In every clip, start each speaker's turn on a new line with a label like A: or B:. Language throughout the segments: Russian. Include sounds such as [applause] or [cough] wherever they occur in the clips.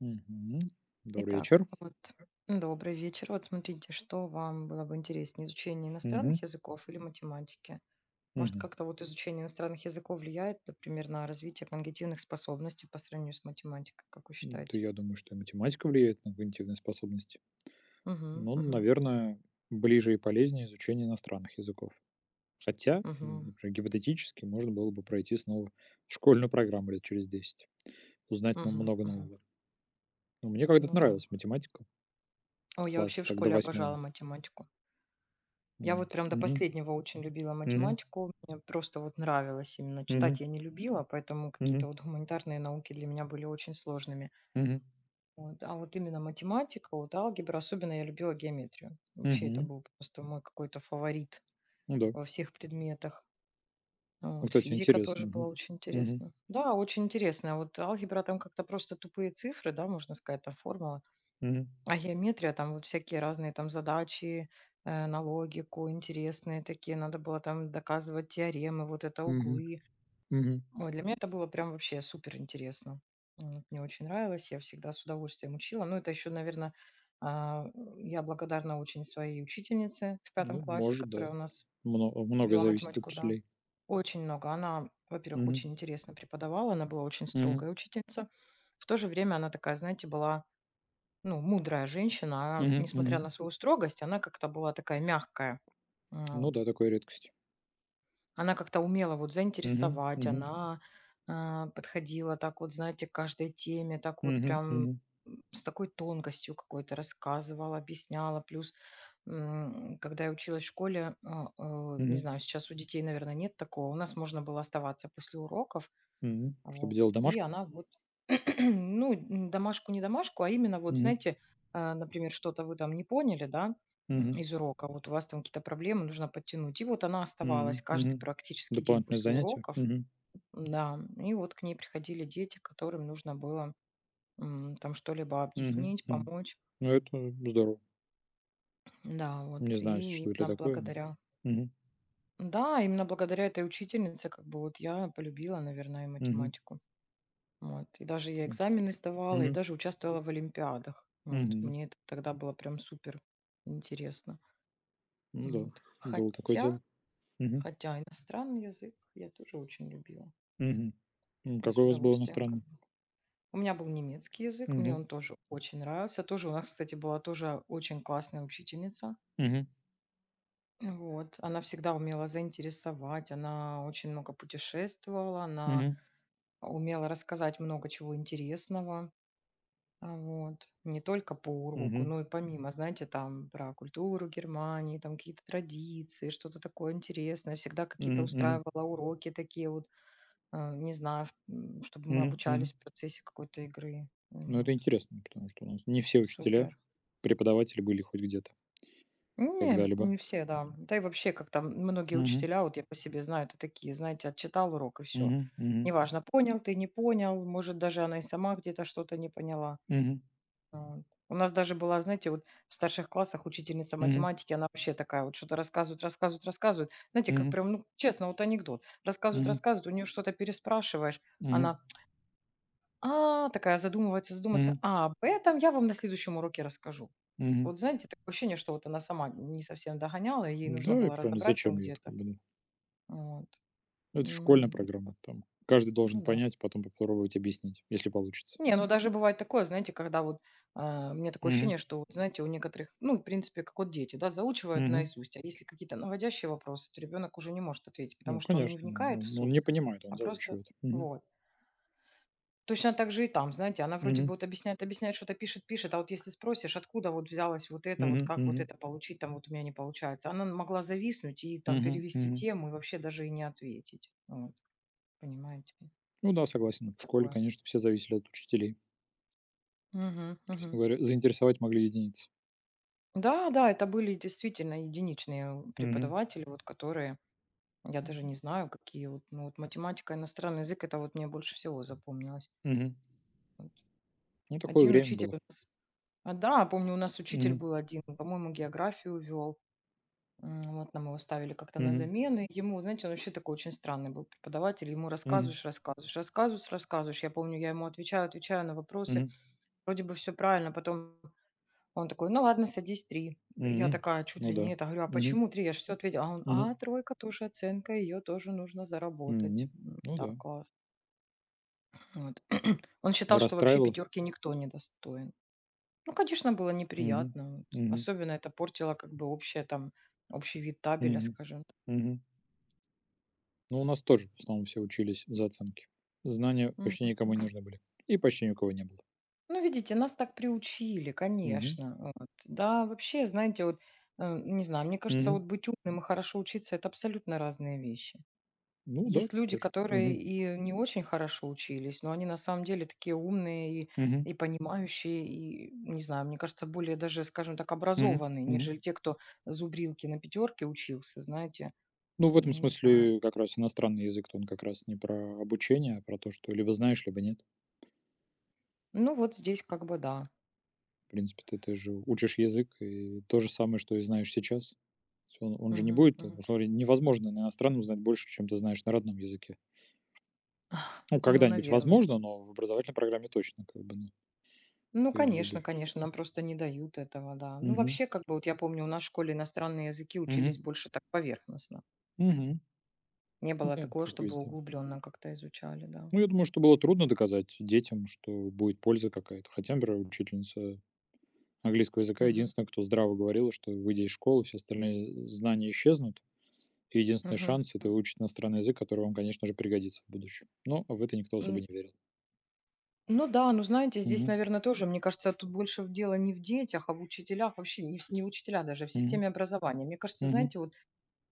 A: Мгм. Добрый
B: Итак,
A: вечер.
B: вот. Добрый вечер. Вот смотрите, что вам было бы интереснее, изучение
A: Мгм.
B: иностранных языков или математики? Может,
A: Мгм.
B: как-то вот изучение иностранных языков влияет, например, на развитие когнитивных способностей по сравнению с математикой, как вы
A: То
B: считаете?
A: я думаю, что и математика влияет на когнитивные способности.
B: Угу,
A: Ну,
B: угу,
A: наверное, ближе и полезнее изучение иностранных языков. Хотя,
B: угу,
A: например, гипотетически можно было бы пройти снова школьную программу лет через 10, узнать нам
B: угу,
A: много
B: угу.
A: нового. Но мне когда-то
B: Ну да.
A: нравилась математика.
B: О, я вообще
A: Класс
B: в
A: так до
B: школе
A: восьмого.
B: обожала математику. Я вот
A: Вот.
B: прям до
A: Мгм.
B: последнего очень любила
A: Мгм.
B: математику. Мне просто вот нравилось. Именно
A: Мгм.
B: читать я не любила, поэтому
A: Мгм.
B: какие-то вот гуманитарные науки для меня были очень сложными.
A: Мгм.
B: Вот. А вот именно математика, вот алгебра, особенно я любила геометрию. Вообще это
A: Мгм.
B: был просто мой какой-то фаворит
A: Ну да.
B: во всех предметах. Ну,
A: Ну,
B: вот.
A: кстати,
B: Физика
A: интересно.
B: тоже была
A: Мгм.
B: очень
A: Мгм.
B: интересна. Да, очень интересно. Вот алгебра там как-то просто тупые цифры, да, можно сказать, там формула.
A: Мгм.
B: А геометрия там вот всякие разные там задачи на логику, интересные такие. Надо было там доказывать теоремы, вот это
A: Мгм.
B: углы.
A: Мгм.
B: Ой, для меня это было прям вообще супер интересно. Это мне очень нравилось, я всегда с удовольствием учила. Ну, это еще, наверное, я благодарна очень своей учительнице в пятом
A: Ну,
B: классе,
A: может, да.
B: которая у нас
A: Многое
B: вела
A: зависит от
B: математику, да.
A: щелей.
B: Очень много. Она, во-первых,
A: Мгм.
B: очень интересно преподавала, она была очень
A: Мгм.
B: строгая учительница. В то же время она такая, знаете, была, ну, мудрая женщина. Она,
A: Мгм.
B: несмотря
A: Мгм.
B: на свою строгость, она как-то была такая мягкая.
A: Ну
B: Вот.
A: да, такая редкость.
B: Она как-то умела вот
A: Мгм.
B: заинтересовать,
A: Мгм.
B: она, подходила так вот, знаете, к каждой теме, так вот
A: Мгм.
B: прям,
A: Мгм.
B: с такой тонкостью какой-то рассказывала, объясняла. Плюс, когда я училась в школе, не
A: Мгм.
B: знаю, сейчас у детей, наверное, нет такого. У нас можно было оставаться после уроков,
A: Мгм. Чтобы
B: вот.
A: делать
B: И
A: домашку?
B: она вот, [clears throat] ну, н домашку не домашку, а именно вот,
A: Мгм.
B: знаете, например, что-то вы там не поняли, да,
A: Мгм.
B: из урока, вот у вас там какие-то проблемы, нужно подтянуть. И вот она оставалась
A: Мгм.
B: каждый
A: Мгм.
B: практически день
A: Дополнительное
B: после
A: занятие?
B: уроков,
A: Мгм.
B: да, и вот к ней приходили дети, которым нужно было, там что-либо
A: Мгм.
B: объяснить,
A: Мгм.
B: помочь.
A: Ну, это здорово.
B: Да, вот,
A: Не знаю,
B: и
A: существует ли
B: именно
A: такое, но
B: благодаря
A: мгм.
B: да, именно благодаря этой учительнице как бы вот я полюбила, наверное, и
A: Мгм.
B: математику. Вот. И даже я
A: Это супер.
B: экзамены сдавала, и
A: Мгм.
B: даже участвовала в олимпиадах. Вот.
A: Мгм.
B: Мне это тогда было прям супер интересно.
A: Ну да,
B: Вот.
A: было такое дело.
B: Хотя,
A: Мгм.
B: хотя иностранный язык я тоже очень любила.
A: Мгм.
B: И
A: Какой
B: с
A: у вас был
B: удовольствием как
A: иностранный?
B: бы. У меня был немецкий язык, мне
A: Мгм.
B: он тоже очень нравился. Тоже у нас, кстати, была тоже очень классная учительница.
A: Мгм.
B: Вот. Она всегда умела заинтересовать, она очень много путешествовала, она
A: Мгм.
B: умела рассказать много чего интересного. Вот. Не только по уроку,
A: Мгм.
B: но и помимо, знаете, там про культуру Германии, там какие-то традиции, что-то такое интересное. Всегда какие-то
A: Мгм, мгм,
B: устраивала уроки такие вот, не знаю, чтобы мы
A: мгм, мгм.
B: обучались в процессе какой-то игры.
A: Ну, это
B: Вот.
A: интересно, потому что у нас не все учителя,
B: Супер.
A: преподаватели были хоть где-то
B: Ну, Не,
A: когда-либо.
B: не все, да. Да и вообще, как там многие
A: Мгм,
B: учителя, вот я по себе знаю, это такие, знаете, отчитал урок и все.
A: мгм, мгм,
B: Неважно, понял ты, не понял, может, даже она и сама где-то что-то не поняла.
A: мгм,
B: Вот. У нас даже была, знаете, вот в старших классах учительница
A: мгм,
B: математики, она вообще такая вот что-то рассказывает, рассказывает, рассказывает. Знаете, как
A: мгм,
B: прям, ну, честно, вот анекдот. Рассказывает,
A: мгм,
B: рассказывает, у нее что-то переспрашиваешь,
A: мгм,
B: она, такая задумывается, задумается,
A: мгм,
B: об этом я вам на следующем уроке расскажу.
A: мгм.
B: Вот знаете, такое ощущение, что вот она сама не совсем догоняла, и ей нужно
A: Да, и
B: было
A: правильно,
B: разобрать там
A: зачем я это,
B: где-то.
A: как бы, да.
B: Вот.
A: Ну, это школьная
B: М,
A: программа, там каждый
B: Ну
A: должен
B: да.
A: понять, потом попробовать объяснить, если получится.
B: Не, ну даже бывает такое, знаете, когда вот у меня такое
A: Мгм,
B: ощущение, что, вот, знаете, у некоторых, ну, в принципе, как вот дети, да, заучивают
A: мгм.
B: наизусть, а если какие-то наводящие вопросы, то ребенок уже не может ответить,
A: Ну,
B: потому что он не
A: конечно, ну
B: вникает в
A: ну, он не
B: суть,
A: понимает, он
B: а просто
A: заучивает. Мгм,
B: вот. Точно так же и там, знаете, она вроде бы
A: мгм,
B: вот объясняет, объясняет, что-то пишет, пишет, а вот если спросишь, откуда вот взялось вот это, вот
A: мгм,
B: как вот
A: мгм,
B: это получить, там вот у меня не получается, она могла зависнуть и там
A: мгм,
B: перевести
A: мгм.
B: тему и вообще даже и не ответить. Вот, понимаете,
A: Ну да, согласен.
B: вот
A: В школе,
B: такое.
A: конечно, все зависели от учителей.
B: Мгм,
A: Честно
B: мгм.
A: говоря, заинтересовать могли единицы.
B: Да, да, это были действительно единичные
A: Мгм.
B: преподаватели, вот которые, я даже не знаю, какие вот, ну вот математика, иностранный язык, это вот мне больше всего запомнилось.
A: Мгм.
B: Вот.
A: Ну, такое
B: Один
A: время
B: учитель
A: было.
B: у нас, да, помню, у нас учитель
A: Мгм.
B: был один, по-моему, географию вел. Вот нам его ставили как-то на
A: Мгм.
B: замены. Ему, знаете, он вообще такой очень странный был преподаватель, ему
A: Мгм.
B: рассказываешь, рассказываешь, рассказываешь, рассказываешь. Я помню, я ему отвечаю, отвечаю на вопросы,
A: Мгм.
B: вроде бы все правильно, потом он такой: "Ну ладно, садись 3". Я
A: Мгм.
B: такая чуть
A: Ну
B: ли
A: да.
B: не это, говорю: "А
A: Мгм.
B: почему 3? Я же всё ответила". А он:
A: Мгм.
B: "А, тройка тоже оценка, ее тоже нужно заработать".
A: Мгм. Ну
B: Так,
A: да.
B: класс. Вот. [clears throat] Он считал, что вообще
A: Расстраивало.
B: пятерки никто не достоин. Ну, конечно, было
A: Мгм.
B: неприятно, вот.
A: Мгм.
B: Особенно это портило как бы общее там, общий вид табеля,
A: Мгм.
B: скажем так.
A: Мгм. Ну, у нас тоже в основном все учились за оценки. Знания
B: Мгм,
A: почти никому не
B: мгм.
A: нужны были. И почти ни у кого не было.
B: Ну, видите, нас так приучили,
A: Мгм.
B: конечно. Вот. Да, вообще, знаете, вот, не знаю, мне кажется,
A: Мгм.
B: вот быть умным и хорошо учиться — это абсолютно разные вещи.
A: Ну да,
B: Есть люди,
A: тоже.
B: которые
A: Мгм.
B: и не очень хорошо учились, но они на самом деле такие умные
A: Мгм.
B: и понимающие, и, не знаю, мне кажется, более даже, скажем так,
A: Мгм.
B: образованные,
A: Мгм.
B: нежели те, кто зубрилки на пятерке учился, знаете,
A: Ну, в этом
B: Не знаю.
A: смысле как раз иностранный язык-то он как раз не про обучение, а про то, что либо знаешь, либо нет.
B: Ну вот здесь как бы да.
A: В принципе, ты же учишь язык, и то же самое, что и знаешь сейчас. То есть он же не
B: Мгм,
A: будет,
B: мгм.
A: условно говоря, невозможно на иностранном знать больше, чем ты знаешь на родном языке.
B: Ах,
A: Ну,
B: ну,
A: когда-нибудь
B: наверное.
A: возможно, но в образовательной программе точно, как бы, ну,
B: Ну,
A: ты или
B: конечно,
A: лю-
B: конечно, нам просто не дают этого, да. Ну,
A: мгм.
B: вообще, как бы, вот я помню, у нас в школе иностранные языки
A: Мгм.
B: учились больше так поверхностно.
A: Мгм.
B: Не было
A: Да,
B: такого,
A: как
B: чтобы
A: везде.
B: углубленно как-то изучали, да.
A: Ну, я думаю, что было трудно доказать детям, что будет польза какая-то. Хотя, например, учительница английского языка
B: Мгм,
A: единственная, кто здраво говорил, что, выйдя из школы, все остальные знания исчезнут, и единственный
B: мгм.
A: шанс — это выучить иностранный язык, который вам, конечно же, пригодится в будущем. Но в это никто особо
B: М,
A: не верил.
B: ну да, ну, знаете, здесь,
A: Мгм.
B: наверное, тоже, мне кажется, тут больше в дело не в детях, а в учителях, вообще не в не учителя даже, а в
A: Мгм.
B: системе образования. Мне кажется,
A: Мгм.
B: знаете, вот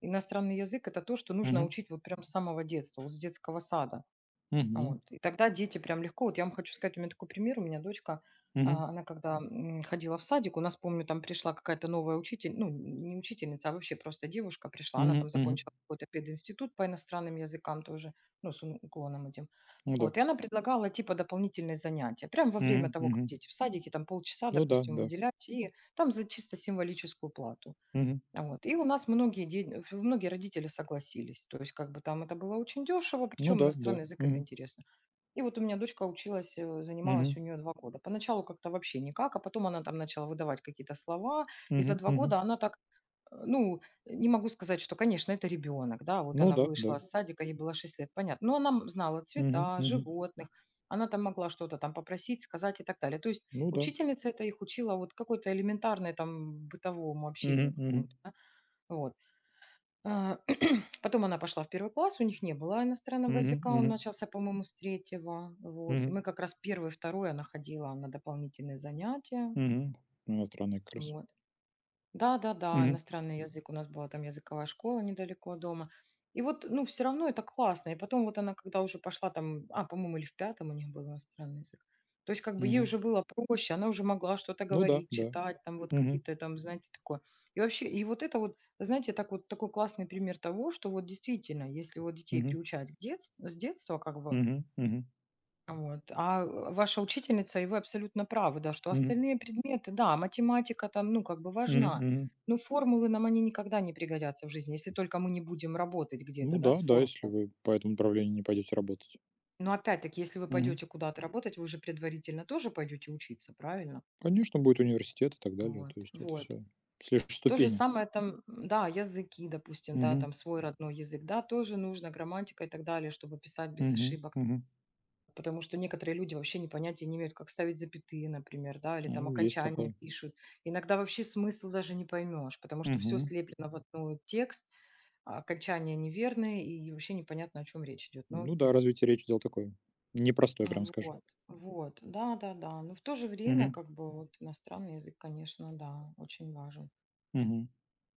B: иностранный язык — это то, что нужно
A: Мгм.
B: учить вот прям с самого детства, вот с детского сада.
A: Мгм.
B: Вот. И тогда дети прям легко. Вот я вам хочу сказать, у меня такой пример. У меня дочка,
A: Мгм.
B: она когда ходила в садик, у нас, помню, там пришла какая-то новая учитель, ну, не учительница, а вообще просто девушка пришла. Она там
A: Мгм. Мгм.
B: закончила какой-то пединститут по иностранным языкам тоже, ну, с уклоном этим.
A: Ну да.
B: Вот, и она предлагала типа дополнительные занятия. Прям во время
A: Мгм.
B: того, как
A: Мгм.
B: дети в садике, там полчаса,
A: Ну да,
B: допустим,
A: да.
B: выделять, и там за чисто символическую плату.
A: Мгм.
B: А вот. И у нас многие, многие родители согласились. То есть, как бы там это было очень дешево,
A: Ну
B: причем
A: да, да.
B: иностранный язык это
A: Мгм.
B: интересно. И вот у меня дочка училась,
A: Мгм.
B: занималась у нее 2 года. Поначалу как-то вообще никак, а потом она там начала выдавать какие-то слова, и за
A: Мгм.
B: 2
A: Мгм.
B: года она так, ну, не могу сказать, что, конечно, это ребенок, да, вот
A: Ну
B: она
A: да, да.
B: вышла с садика, ей было 6 лет, понятно, но она знала
A: Мгм.
B: цвета,
A: Мгм.
B: животных, она там могла что-то там попросить, сказать и так далее. То есть
A: Ну да.
B: учительница это их учила вот какой-то элементарной там бытовому
A: Мгм.
B: общению
A: Мгм.
B: какому-то, да, вот. [clears throat] Потом она пошла в первый класс, у них не было иностранного
A: Мгм.
B: языка, он
A: Мгм.
B: начался, по-моему, с третьего. Вот. И
A: Мгм.
B: мы как раз первый, второй она ходила на дополнительные занятия.
A: Мгм. Иностранный как раз.
B: Вот. Да-да-да,
A: Мгм.
B: иностранный язык. У нас была там языковая школа недалеко от дома. И вот, ну, все равно это классно. И потом вот она, когда уже пошла там, а, по-моему, или в пятом у них был иностранный язык. То есть как бы ей
A: Мгм.
B: уже было проще, она уже могла что-то
A: Ну да,
B: говорить,
A: да.
B: читать, там вот
A: Мгм.
B: какие-то там, знаете, такое. И вообще, и вот это вот, знаете, так вот такой классный пример того, что вот действительно, если вот детей
A: Мгм.
B: приучать к с детства, как бы
A: Мгм. Мгм.
B: вот. Ваша учительница, и вы абсолютно правы, да, что
A: Мгм.
B: остальные предметы, да, математика там, ну, как бы
A: Мгм.
B: важна,
A: Мгм.
B: но формулы нам они никогда не пригодятся в жизни, если только мы не будем работать
A: Ну
B: где-то, да,
A: да,
B: с
A: да, если
B: формулой.
A: вы по этому направлению не пойдете работать.
B: Но опять-таки, если вы
A: Мгм.
B: пойдете куда-то работать, вы же предварительно тоже пойдете учиться, правильно?
A: Конечно, будет университет и так далее.
B: Вот.
A: То есть это
B: Вот.
A: все лишь
B: То же
A: ступени.
B: самое там, да, языки, допустим, да,
A: Мгм.
B: там свой родной язык, да, тоже нужно грамматика и так далее, чтобы писать без
A: Мгм.
B: ошибок.
A: Мгм.
B: Потому что некоторые люди вообще не понятия не имеют, как ставить запятые, например, да, или там
A: Ну, есть
B: окончания
A: такое.
B: пишут. Иногда вообще смысл даже не поймешь, потому что все
A: Мгм.
B: слеплено в одну текст, а окончания неверные, и вообще непонятно, о чем речь идет. Ну
A: Ну да,
B: окей.
A: развитие речи дело такое. Непростое, прям
B: Ну
A: скажем.
B: вот, вот, да, да, да. Но в то же время,
A: Мгм.
B: как бы, вот иностранный язык, конечно, да, очень важен.
A: Мгм.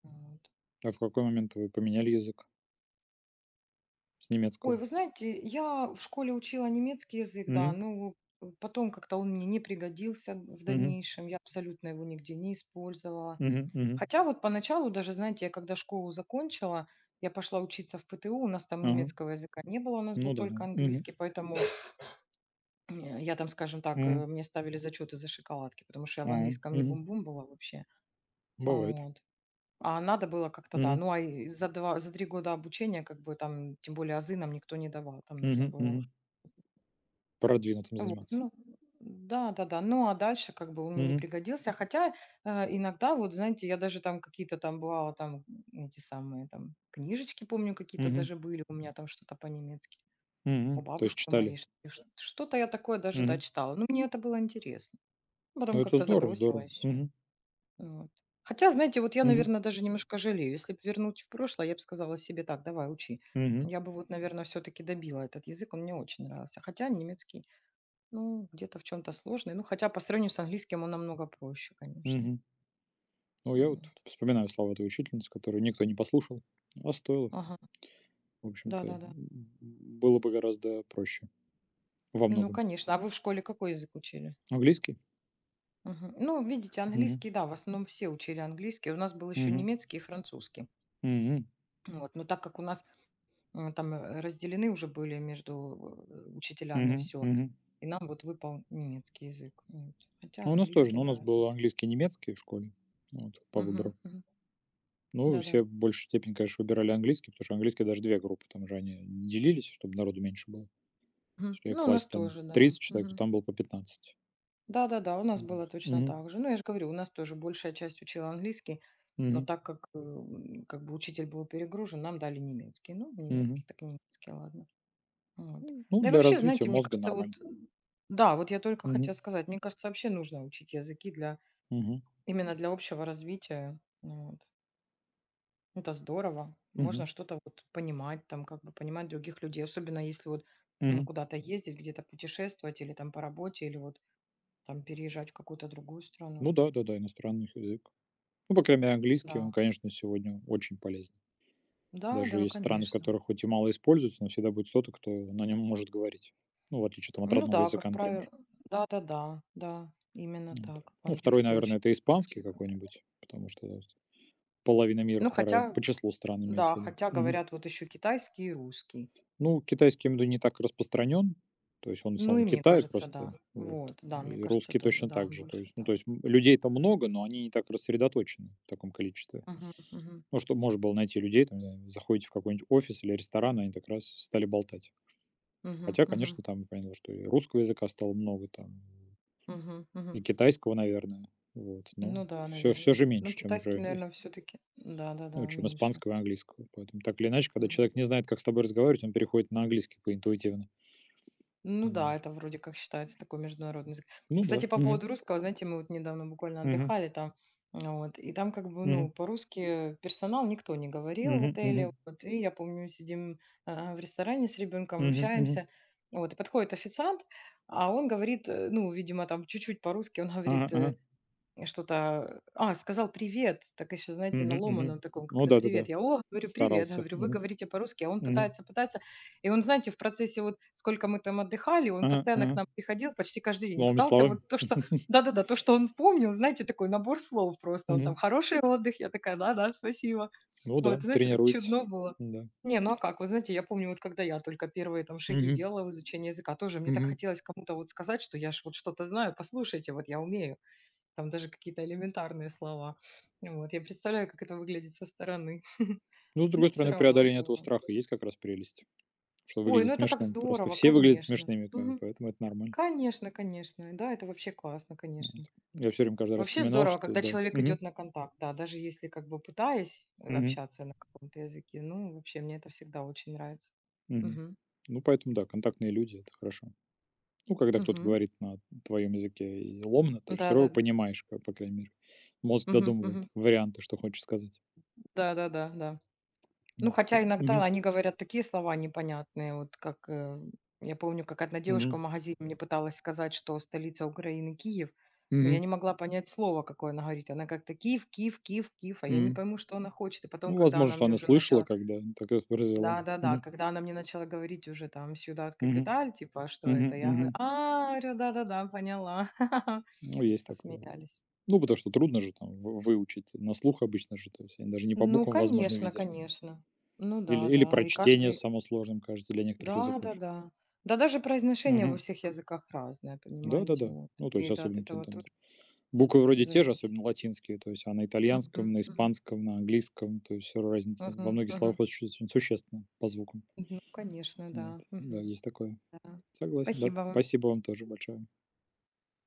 B: Вот.
A: А в какой момент вы поменяли язык с
B: Ой,
A: немецкого?
B: вы знаете, я в школе учила немецкий язык, да,
A: Мгм.
B: ну, потом как-то он мне не пригодился в
A: Мгм.
B: дальнейшем, я абсолютно его нигде не использовала.
A: Мгм. Мгм.
B: Хотя вот поначалу даже, знаете, я когда школу закончила, я пошла учиться в ПТУ, у нас там
A: Ага.
B: немецкого языка не было, у нас был
A: Ну да, да.
B: только
A: Мгм.
B: английский, поэтому [clears throat] я там, скажем так,
A: Мгм.
B: мне ставили зачеты за шоколадки, потому что я в
A: А,
B: английском не
A: мгм.
B: бум-бум была вообще. А
A: Бывает.
B: вот. А надо было как-то, да.
A: Мгм.
B: Ну, а за 3 года обучения, как бы там, тем более азы нам никто не давал, там нужно
A: Мгм.
B: было уже.
A: Мгм. Продвинутым
B: Вот,
A: заниматься.
B: ну да-да-да. Ну, а дальше как бы он мне не
A: Мгм,
B: пригодился. Хотя, э, иногда, вот знаете, я даже там какие-то там, бывало, там, эти самые там книжечки, помню, какие-то
A: мгм,
B: даже были у меня там что-то по-немецки, у
A: мгм. То есть
B: бабушки моей.
A: читали.
B: Что-то я такое даже
A: Мгм.
B: дочитала. Ну, мне это было интересно. Потом
A: Ну, это
B: как-то
A: здорово,
B: забросила
A: здорово.
B: и всё.
A: Мгм,
B: Вот. Хотя, знаете, вот я,
A: мгм,
B: наверное, даже немножко жалею. Если бы вернуть в прошлое, я бы сказала себе так: давай, учи.
A: мгм,
B: Я бы вот, наверное, все-таки добила этот язык, он мне очень нравился. Хотя немецкий, ну, где-то в чем то сложный. Ну, хотя по сравнению с английским он намного проще, конечно.
A: мгм. Ну, я вот
B: Вот.
A: вспоминаю слова этой учительницы, которую никто не послушал, а стоило.
B: Ага.
A: В общем-то,
B: Да-да-да.
A: было бы гораздо проще во
B: Ну,
A: многом.
B: конечно. А вы в школе какой язык учили?
A: Английский?
B: Мгм. Ну, видите,
A: Мгм,
B: английский, да, в основном все учили английский. У нас был еще
A: мгм,
B: немецкий и французский.
A: мгм,
B: Вот. Но так как у нас, разделены уже были между, учителями
A: мгм,
B: все,
A: мгм.
B: и нам вот выпал немецкий язык. Вот. Хотя
A: Ну, у нас тоже,
B: английский,
A: но у
B: да,
A: нас был
B: это.
A: английский и немецкий в школе, вот, по
B: Мгм,
A: выбору.
B: мгм.
A: Ну,
B: Да-да.
A: все в большей степени, конечно, выбирали английский, потому что английский даже 2 группы, там же они делились, чтобы народу меньше было.
B: Мгм.
A: Если
B: Ну, у нас
A: класть там
B: тоже, да.
A: 30, человек, то
B: Мгм.
A: там было по 15.
B: Да-да-да, у нас было точно
A: Мгм,
B: так же. Ну, я же говорю, у нас тоже большая часть учила английский, но
A: мгм,
B: так как бы учитель был перегружен, нам дали немецкий. Ну,
A: мгм.
B: немецкий так немецкий, ладно. Вот.
A: Ну,
B: Да и
A: для
B: вообще,
A: развития
B: знаете, мне
A: мозга
B: кажется,
A: нормально.
B: вот, да, вот я только
A: Мгм,
B: хотела сказать, мне кажется, вообще нужно учить языки для,
A: мгм,
B: именно для общего развития. Вот. Это здорово.
A: мгм,
B: Можно что-то вот понимать, там, как бы понимать других людей, особенно если вот
A: мгм.
B: куда-то ездить, где-то путешествовать или там по работе, или вот там переезжать в какую-то другую страну.
A: Ну да, да-да, иностранный язык. Ну, по крайней мере, английский, он,
B: Да,
A: конечно, сегодня очень полезен.
B: да,
A: Даже
B: да,
A: есть страны, в
B: конечно.
A: которых хоть и мало используется, но всегда будет кто-то, кто на нем может говорить. Ну, в отличие там от
B: Ну
A: родного
B: да,
A: языка,
B: как правило,
A: например.
B: да-да-да, да, да, да, именно
A: Вот.
B: так.
A: Ну, второй
B: По-английски
A: наверное,
B: очень
A: это испанский
B: все говорят.
A: какой-нибудь, потому что половина мира,
B: Ну
A: вторая
B: хотя,
A: по числу стран имеется в
B: да, хотя
A: виду.
B: говорят вот еще китайский и русский.
A: Ну, китайский именно не так распространен, то есть он в
B: Ну
A: самом
B: и мне
A: Китае
B: кажется,
A: просто,
B: да.
A: вот.
B: Вот, да, мне
A: И
B: кажется
A: русский
B: тоже,
A: точно
B: да,
A: так же. То
B: больше
A: есть, ну, то
B: да.
A: есть м людей-то много, но они не так рассредоточены в таком количестве.
B: Мгм, мгм,
A: Ну, что, можно было найти людей, там, не знаю, заходите в какой-нибудь офис или ресторан, они так раз стали болтать.
B: мгм,
A: Хотя,
B: мгм,
A: конечно, там я понял, что и русского языка стало много там,
B: мгм,
A: и
B: мгм.
A: китайского, наверное, вот. Но
B: Ну да,
A: все все
B: наверное.
A: же
B: Ну
A: меньше, чем,
B: китайский,
A: например,
B: наверное, все-таки,
A: ну,
B: да-да-да,
A: чем
B: меньше.
A: испанского и английского. Поэтому так или иначе, когда
B: Мгм.
A: человек не знает, как с тобой разговаривать, он переходит на английский по интуитивно.
B: Ну да,
A: Вот.
B: это вроде как считается такой международный язык.
A: Ну да.
B: Кстати, по
A: Мгм.
B: поводу русского, знаете, мы вот недавно буквально
A: Мгм.
B: отдыхали там, вот, и там как бы,
A: Мгм.
B: ну, по-русски персонал никто не говорил в
A: Мгм.
B: отеле.
A: Мгм.
B: Вот, и я помню, сидим в ресторане с ребенком,
A: Мгм. Мгм.
B: общаемся, вот, и подходит официант. А он говорит, ну, видимо, там чуть-чуть по-русски. Он
A: Ага,
B: говорит,
A: ага.
B: я что-то, сказал привет, так еще, знаете,
A: Мгм.
B: на
A: Мгм.
B: ломаном таком
A: Ну
B: как-то:
A: да-да-да.
B: привет. Я: «О», говорю, «привет»,
A: Старался.
B: говорю, «вы
A: Мгм.
B: говорите по-русски?». А он
A: Мгм.
B: пытается, пытается. И он, знаете, в процессе вот сколько мы там отдыхали, он
A: Ага,
B: постоянно к
A: ага.
B: нам приходил почти каждый
A: С
B: день, и
A: новыми
B: пытался
A: словами.
B: вот то, что,
A: [laughs]
B: да-да-да, то, что он помнил, знаете, такой набор слов просто. Он там:
A: Мгм.
B: «Хороший отдых». Я такая: «Да-да, спасибо».
A: Ну да,
B: Вот, знаете, так
A: тренируется.
B: чудно было.
A: Да.
B: Не, ну а как? Вы знаете, я помню, вот когда я только первые там шаги
A: Мгм.
B: делала в изучении языка, тоже мне так
A: Мгм.
B: хотелось кому-то вот сказать, что я ж вот что-то знаю, послушайте, вот я умею там даже какие-то элементарные слова. Вот, я представляю, как это выглядит со стороны, [laughs]
A: Ну, с другой
B: но все
A: стороны,
B: равно
A: преодоление этого
B: здорово.
A: страха есть как раз прелесть, что
B: Ой,
A: выглядит
B: ну это так
A: смешным. Просто
B: здорово,
A: все выглядят
B: конечно.
A: смешными, как бы,
B: Мгм.
A: поэтому это нормально.
B: Конечно, конечно. Да, это вообще классно, конечно.
A: Вот. Я все время каждый раз
B: Вообще
A: вспоминал,
B: здорово,
A: что
B: когда
A: да.
B: человек
A: Мгм.
B: идет на контакт, да, даже если как бы пытаясь,
A: Мгм.
B: общаться на каком-то языке, ну, вообще мне это всегда очень нравится.
A: Мгм.
B: Мгм.
A: Ну, поэтому да, контактные люди — это хорошо. Ну, когда кто-то
B: Мгм.
A: говорит на твоем языке и ломно, ты же все равно
B: Да-да-да.
A: понимаешь, как, по крайней мере. Мозг
B: Мгм,
A: додумывает
B: мгм.
A: варианты, что хочет сказать.
B: Да-да-да, да. Да, да. Ну,
A: М, к и
B: хотя иногда
A: мгм,
B: они говорят такие слова непонятные, вот как, я помню, как одна девушка
A: мгм,
B: в магазине мне пыталась сказать, что столица Украины Киев, но
A: мгм,
B: я не могла понять слово, какое она говорит. Она как-то: Киев, Киев, Киев, Киев, а я не
A: мгм.
B: пойму, что она хочет. И потом,
A: Ну,
B: когда
A: возможно,
B: она
A: что
B: мне
A: она
B: уже
A: слышала,
B: начала,
A: когда так это выразила.
B: да-да-да,
A: Мгм,
B: когда она мне начала говорить уже там «Сьюдад
A: мгм,
B: Капиталь», типа: «А что
A: мгм,
B: это?», я говорю,
A: мгм.
B: говорю: «Да-да-да, поняла». [laughs]
A: Ну, есть такое.
B: Посмеялись.
A: Ну, потому что трудно же там вы выучить на слух обычно же, то есть они даже не по
B: Ну,
A: буквам, возможно,
B: конечно,
A: видели.
B: конечно. Ну
A: Или
B: да,
A: или
B: да, и
A: прочтение
B: каждый.
A: само сложным кажется для некоторых языков.
B: Да-да-да. Да, да. Да даже произношение во
A: Мгм.
B: всех языках разное, понимаете,
A: Да-да-да.
B: вот.
A: Ну, то
B: И
A: есть
B: это от
A: особенно
B: этого
A: какие-то там
B: тоже
A: буквы вроде те же,
B: зависит.
A: особенно латинские, то есть, а на
B: Мгм,
A: итальянском, на
B: мгм,
A: испанском, на английском, то есть всё разница во
B: мгм,
A: многих словах
B: мгм.
A: очень очень существенна по звукам.
B: Ну, конечно,
A: Вот,
B: да.
A: да,
B: Мгм,
A: есть такое.
B: да.
A: Согласен, да.
B: Спасибо вам.
A: Спасибо вам тоже большое.